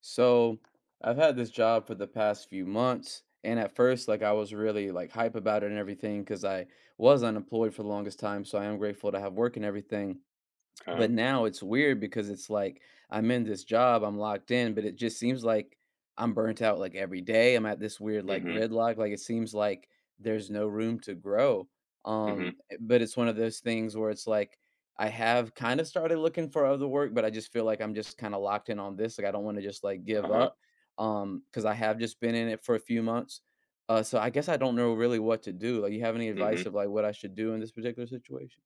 So I've had this job for the past few months. And at first, like, I was really like hype about it and everything because I was unemployed for the longest time. So I am grateful to have work and everything. But Okay. now it's weird because it's like I'm in this job, I'm locked in, but it just seems like I'm burnt out like every day. I'm at this weird like Mhm. gridlock. Like it seems like there's no room to grow. Mhm. But it's one of those things where it's like I have kind of started looking for other work, but I just feel like I'm just kind of locked in on this. Like I don't want to just like give Uh-huh. up. Because I have just been in it for a few months. So I guess I don't know really what to do. Like, you have any advice Mhm. of like what I should do in this particular situation?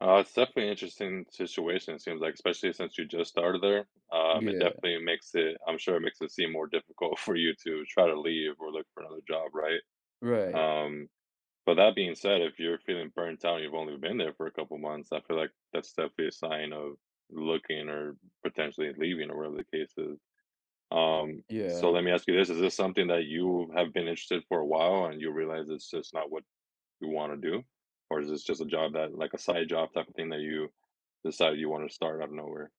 It's definitely an interesting situation, it seems like, especially since you just started there. It Yeah. definitely makes it, I'm sure it makes it seem more difficult for you to try to leave or look for another job, right? Right. Um, but that being said, if you're feeling burnt out and you've only been there for a couple months, I feel like that's definitely a sign of looking, or potentially leaving or whatever the case is. So Yeah. let me ask you this, is this something that you have been interested for a while and you realize it's just not what you want to do? Or is this just a job that, like a side job type of thing that you decided you want to start out of nowhere?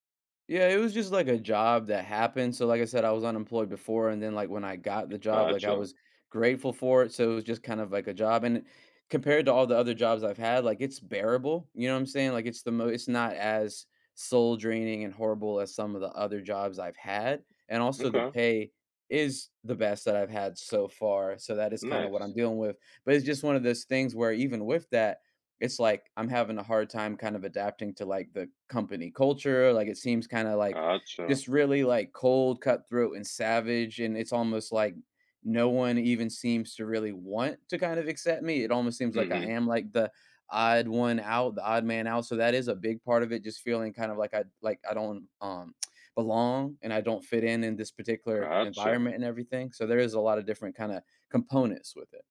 Yeah, it was just like a job that happened. So, like I said, I was unemployed before, and then like when I got the job, like I Gotcha. was grateful for it. So it was just kind of like a job, and compared to all the other jobs I've had, like it's bearable. You know what I'm saying? Like it's the most. It's not as soul draining and horrible as some of the other jobs I've had, and also the Okay. pay is the best that I've had so far. So that is kind of what I'm Nice. dealing with. But it's just one of those things where even with that it's like I'm having a hard time kind of adapting to, like, the company culture. Like, it seems kinda, like, Gotcha. just really, like, cold, cutthroat, and savage, and it's almost like no one even seems to really want to kind of accept me. It almost seems like I Hmm. am, like, the odd one out, the odd man out, so that is a big part of it, just feeling kind of like I don't, belong, and I don't fit in this particular Gotcha. environment and everything, so there is a lot of different kinda components with it.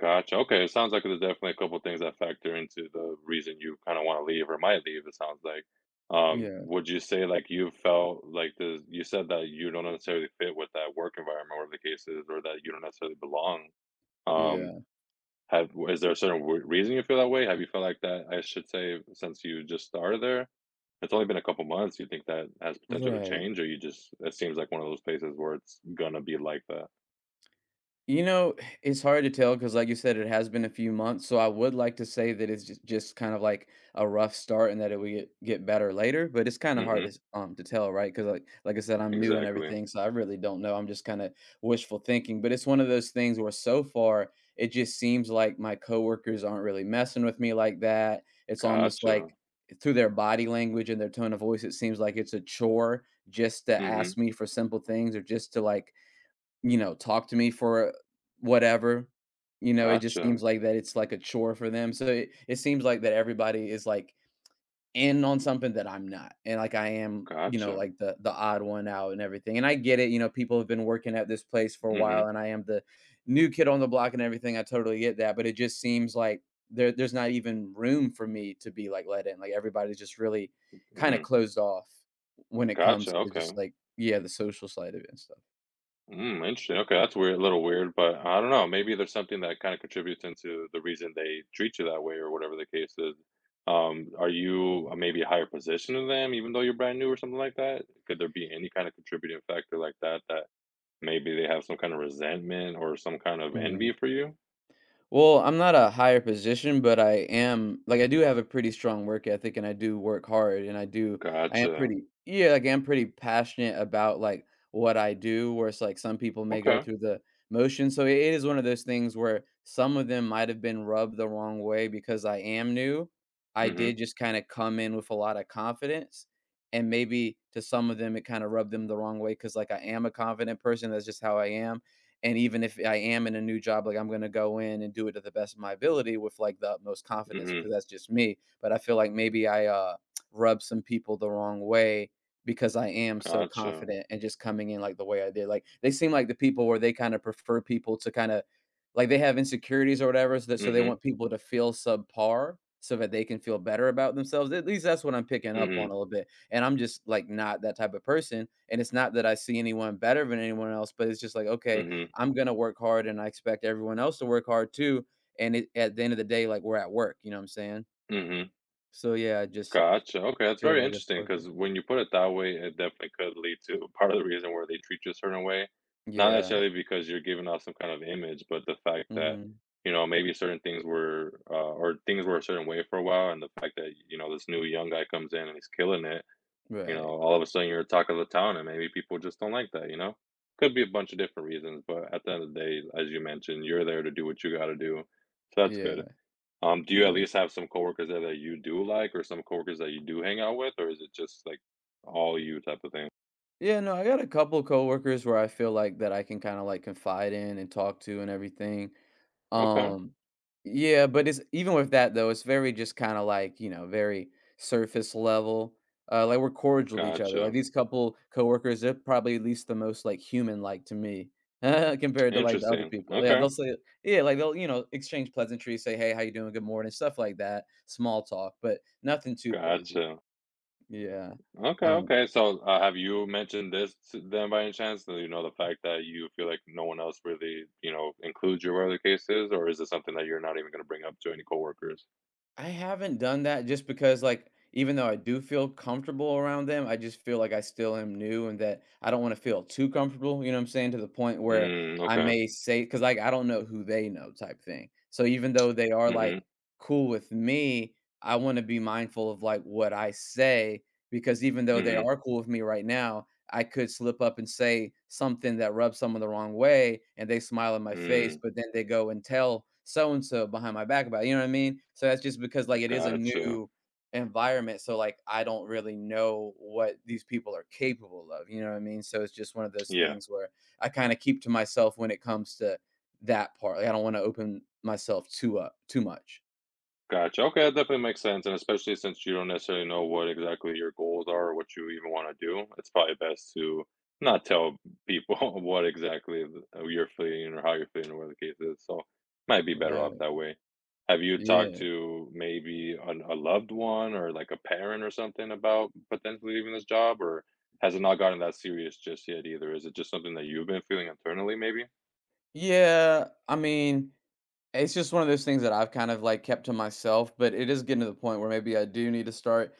Gotcha. Okay. It sounds like there's definitely a couple things that factor into the reason you kind of want to leave or might leave. It sounds like. Yeah, Would you say like you felt like this? You said that you don't necessarily fit with that work environment, or the cases, or that you don't necessarily belong. Um, yeah, Have is there a certain w reason you feel that way? Have you felt like that, I should say, since you just started there? It's only been a couple months. You think that has potential to right. change, or you just it seems like one of those places where it's gonna be like that? You know, it's hard to tell because, like you said, it has been a few months. So I would like to say that it's just, kind of like a rough start and that it will get better later. But it's kind of hard Mhm. To tell, right? Because like I said, I'm new and Exactly. everything, so I really don't know. I'm just kind of wishful thinking. But it's one of those things where so far it just seems like my coworkers aren't really messing with me like that. It's almost Gotcha. like through their body language and their tone of voice, it seems like it's a chore just to Mhm. ask me for simple things or just to like, you know, talk to me for whatever. You know, it just Gotcha. seems like that it's like a chore for them. So it seems like that everybody is like in on something that I'm not. And like I am, you know, Gotcha. like the odd one out and everything. And I get it, you know, people have been working at this place for a Mhm. while and I am the new kid on the block and everything. I totally get that. But it just seems like there's not even room for me to be like let in. Like everybody's just really kind of Mhm. closed off when it comes Gotcha, to just okay. like, yeah, the social side of it and stuff. Mm, interesting. Okay, that's weird, a little weird, but I don't know. Maybe there's something that kind of contributes into the reason they treat you that way, or whatever the case is. Are you Mhm. Maybe a higher position than them, even though you're brand new or something like that? Could there be any kind of contributing factor like that that maybe they have some kind of resentment or some kind of envy Mhm. for you? Well, I'm not a higher position, but I am like I do have a pretty strong work ethic and I do work hard and I do I am Gotcha. pretty, yeah, like I'm pretty passionate about like what I do, whereas like some people may go Okay. through the motion. So it is one of those things where some of them might have been rubbed the wrong way because I am new. I Mm-hmm. did just kind of come in with a lot of confidence. And maybe to some of them it kind of rubbed them the wrong way because like I am a confident person. That's just how I am, and even if I am in a new job, like I'm going to go in and do it to the best of my ability with like the utmost confidence because Mm-hmm. that's just me. But I feel like maybe I rub some people the wrong way because I am so Gotcha. confident and just coming in like the way I did. Like they seem like the people where they kind of prefer people to kind of, like, they have insecurities or whatever, so they Mm-hmm. want people to feel subpar so that they can feel better about themselves. At least that's what I'm picking up on a Mm-hmm. little bit, and I'm just like not that type of person. And it's not that I see anyone better than anyone else, but it's just like, okay, Mm-hmm. I'm gonna work hard and I expect everyone else to work hard too. And at the end of the day, like we're at work, you know what I'm saying? Mm-hmm. So yeah, I just Gotcha, okay, that's feel very like that's interesting. part of it. Because when you put it that way, it definitely could lead to part of the reason where they treat you a certain way, not Yeah. necessarily because you're giving off some kind of image, but the fact that, Hmm. you know, maybe certain things were, or things were a certain way for a while, and the fact that, you know, this new young guy comes in and he's killing it, you know, Right. all of a sudden you're the talk of the town, and maybe people just don't like that, you know? Could be a bunch of different reasons, but at the end of the day, as you mentioned, you're there to do what you gotta do, so that's good. Yeah. Do you at Yeah. least have some coworkers there that you do like or some coworkers that you do hang out with, or is it just like all you type of thing? Yeah. No, I got a couple coworkers where I feel like that I can kind of like confide in and talk to and everything. Okay, Um, yeah, but it's even with that though, it's very just kind of like, you know, very surface level. Like we're cordial to each other. Like gotcha. these couple coworkers, they're probably at least the most like human like to me compared to like the other Interesting. people. Yeah, Okay, they'll say yeah, like they'll, you know, exchange pleasantries, say hey, how you doing, good morning, stuff like that, small talk, but nothing too crazy. gotcha. Yeah. Okay, Um, okay. So, have you mentioned this to them by any chance? That, you know, the fact that you feel like no one else really, you know, includes you wherever the case is, or is it something that you're not even going to bring up to any coworkers? I haven't done that just because, like, even though I do feel comfortable around them, I just feel like I still am new and that I don't wanna feel too comfortable, you know what I'm saying? To the point where Mm, I okay. may say, because like, I don't know who they know type thing. So even though they are, Mm-hmm. like, cool with me, I wanna be mindful of, like, what I say because even though they Mm-hmm. are cool with me right now, I could slip up and say something that rubs someone the wrong way and they smile in my face, Mm, but then they go and tell so and so behind my back about it, you know what I mean? So that's just because like it is a gotcha. new environment. So like I don't really know what these people are capable of, you know what I mean? So it's just one of those Yeah. things where I kind of keep to myself when it comes to that part. Like I don't want to open myself too much. Gotcha. Okay, that definitely makes sense. And especially since you don't necessarily know what exactly your goals are or what you even want to do, it's probably best to not tell people what exactly you're feeling or how you're feeling or what the case is. So might be better off Right. that way. Have you talked Yeah. to maybe a loved one or like a parent or something about potentially leaving this job, or has it not gotten that serious just yet either? Is it just something that you've been feeling internally, maybe? Yeah. I mean, it's just one of those things that I've kind of, like, kept to myself, but it is getting to the point where maybe I do need to start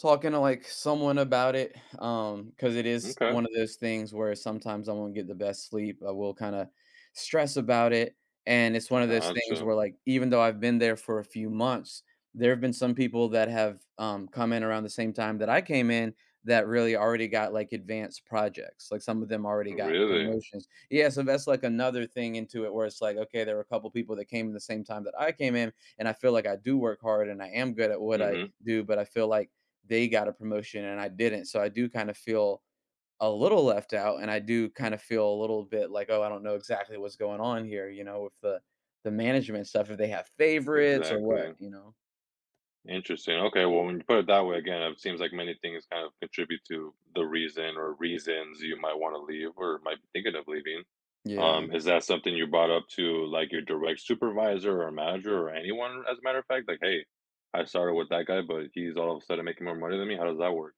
talking to, like, someone about it, because it is Okay, one of those things where sometimes I won't get the best sleep, I will kinda stress about it, and it's one of those things gotcha. where, like, even though I've been there for a few months, there have been some people that have, come in around the same time that I came in that really already got, like, advanced projects. Like, some of them already got Really? promotions. Yeah, so that's, like, another thing into it where it's like, okay, there were a couple people that came in the same time that I came in, and I feel like I do work hard and I am good at what I Mm-hmm. do, but I feel like they got a promotion and I didn't. So I do kind of feel a little left out and I do kind of feel a little bit like, oh, I don't know exactly what's going on here, you know, with the management stuff, if they have favorites or what, Exactly. you know. Interesting. Okay. Well, when you put it that way, again, it seems like many things kind of contribute to the reason or reasons you might want to leave or might be thinking of leaving. Yeah. Is that something you brought up to like your direct supervisor or manager or anyone, as a matter of fact? Like, hey, I started with that guy, but he's all of a sudden making more money than me. How does that work?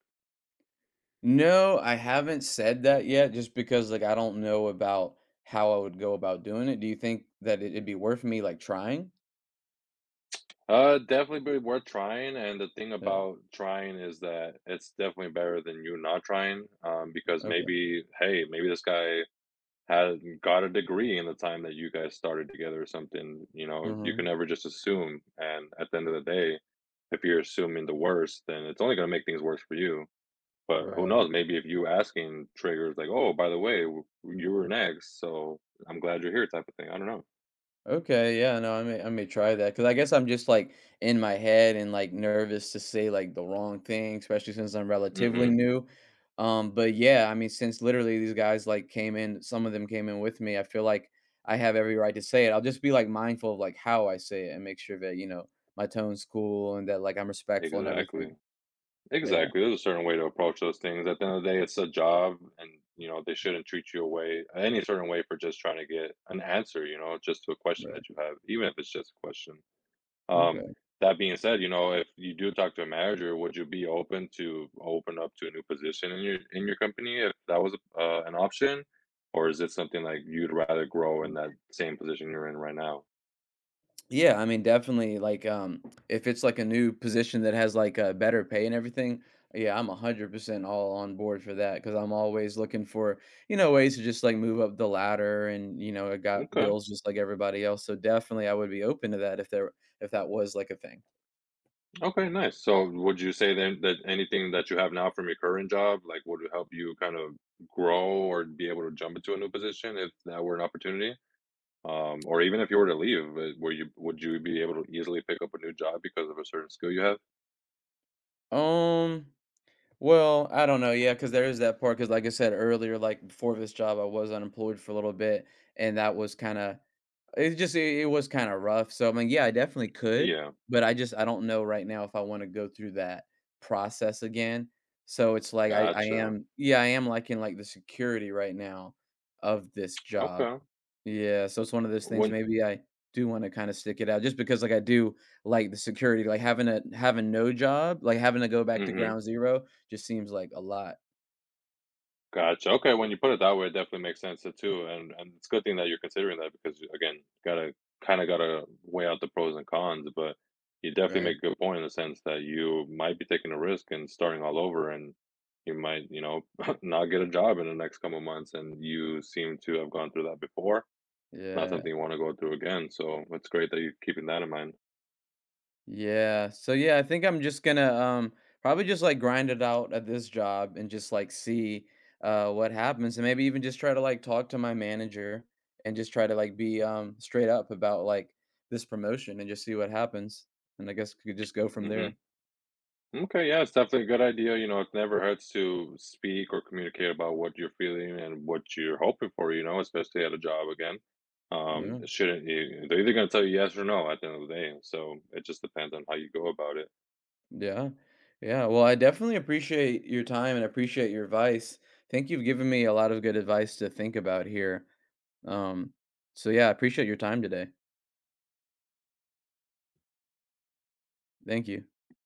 No, I haven't said that yet just because like I don't know about how I would go about doing it. Do you think that it'd be worth me like trying? Definitely be worth trying. And the thing Yeah. about trying is that it's definitely better than you not trying. Because Okay. maybe, hey, maybe this guy had got a degree in the time that you guys started together or something, you know, you Mm-hmm. can never just assume. And at the end of the day, if you're assuming the worst, then it's only going to make things worse for you. But who Right. knows? Maybe if you asking triggers like, "Oh, by the way, you were next, so I'm glad you're here," type of thing. I don't know. Okay, yeah, no, I may try that because I guess I'm just like in my head and like nervous to say like the wrong thing, especially since I'm relatively Hmm. new. But yeah, I mean, since literally these guys like came in, some of them came in with me. I feel like I have every right to say it. I'll just be like mindful of like how I say it and make sure that, you know, my tone's cool and that like I'm respectful and everything. Exactly. Yeah, Exactly. There's a certain way to approach those things. At the end of the day, it's a job, and you know they shouldn't treat you away any certain way for just trying to get an answer. You know, just to a question right. that you have, even if it's just a question. Um, Okay. that being said, you know, if you do talk to a manager, would you be open to open up to a new position in your company if that was an option, or is it something like you'd rather grow in that same position you're in right now? Yeah, I mean, definitely, like, if it's like a new position that has like a better pay and everything, yeah, I'm 100% all on board for that because I'm always looking for, you know, ways to just like move up the ladder and, you know, I got Okay, bills just like everybody else. So definitely I would be open to that if there, if that was like a thing. okay, nice. So, would you say then that anything that you have now from your current job, like, would it help you kind of grow or be able to jump into a new position if that were an opportunity? Or even if you were to leave, were you would you be able to easily pick up a new job because of a certain skill you have? Um, well, I don't know. Yeah, because there is that part. Because like I said earlier, like before this job, I was unemployed for a little bit and that was kind of, it's just it was kinda rough, so, I mean, yeah, I definitely could, Yeah. but I just I don't know right now if I wanna go through that process again. So, it's like I Gotcha. am, yeah, I am liking, like, the security right now of this job. Okay. Yeah, so it's one of those things When maybe I do wanna kinda stick it out just because, like, I do like the security, like, having no job, like, having to go back to Mhm. ground zero just seems like a lot, Gotcha. Okay, when you put it that way, it definitely makes sense to too, and it's a good thing that you're considering that because again, gotta kinda gotta weigh out the pros and cons, but you definitely right? make a good point in the sense that you might be taking a risk and starting all over and you might, you know, not get a job in the next couple of months and you seem to have gone through that before. Not Yeah. something you want to go through again. So it's great that you're keeping that in mind. Yeah. So yeah, I think I'm just gonna probably just like grind it out at this job and just like see what happens, and maybe even just try to like talk to my manager and just try to like be straight up about like this promotion and just see what happens. And I guess could just go from there. Mhm. Okay, yeah, it's definitely a good idea. You know, it never hurts to speak or communicate about what you're feeling and what you're hoping for, you know, especially at a job again. Um, Yeah. it shouldn't you, they're either going to tell you yes or no at the end of the day. So it just depends on how you go about it. Yeah. Yeah. Well, I definitely appreciate your time and appreciate your advice. I think you've given me a lot of good advice to think about here. Um so yeah, I appreciate your time today. Thank you.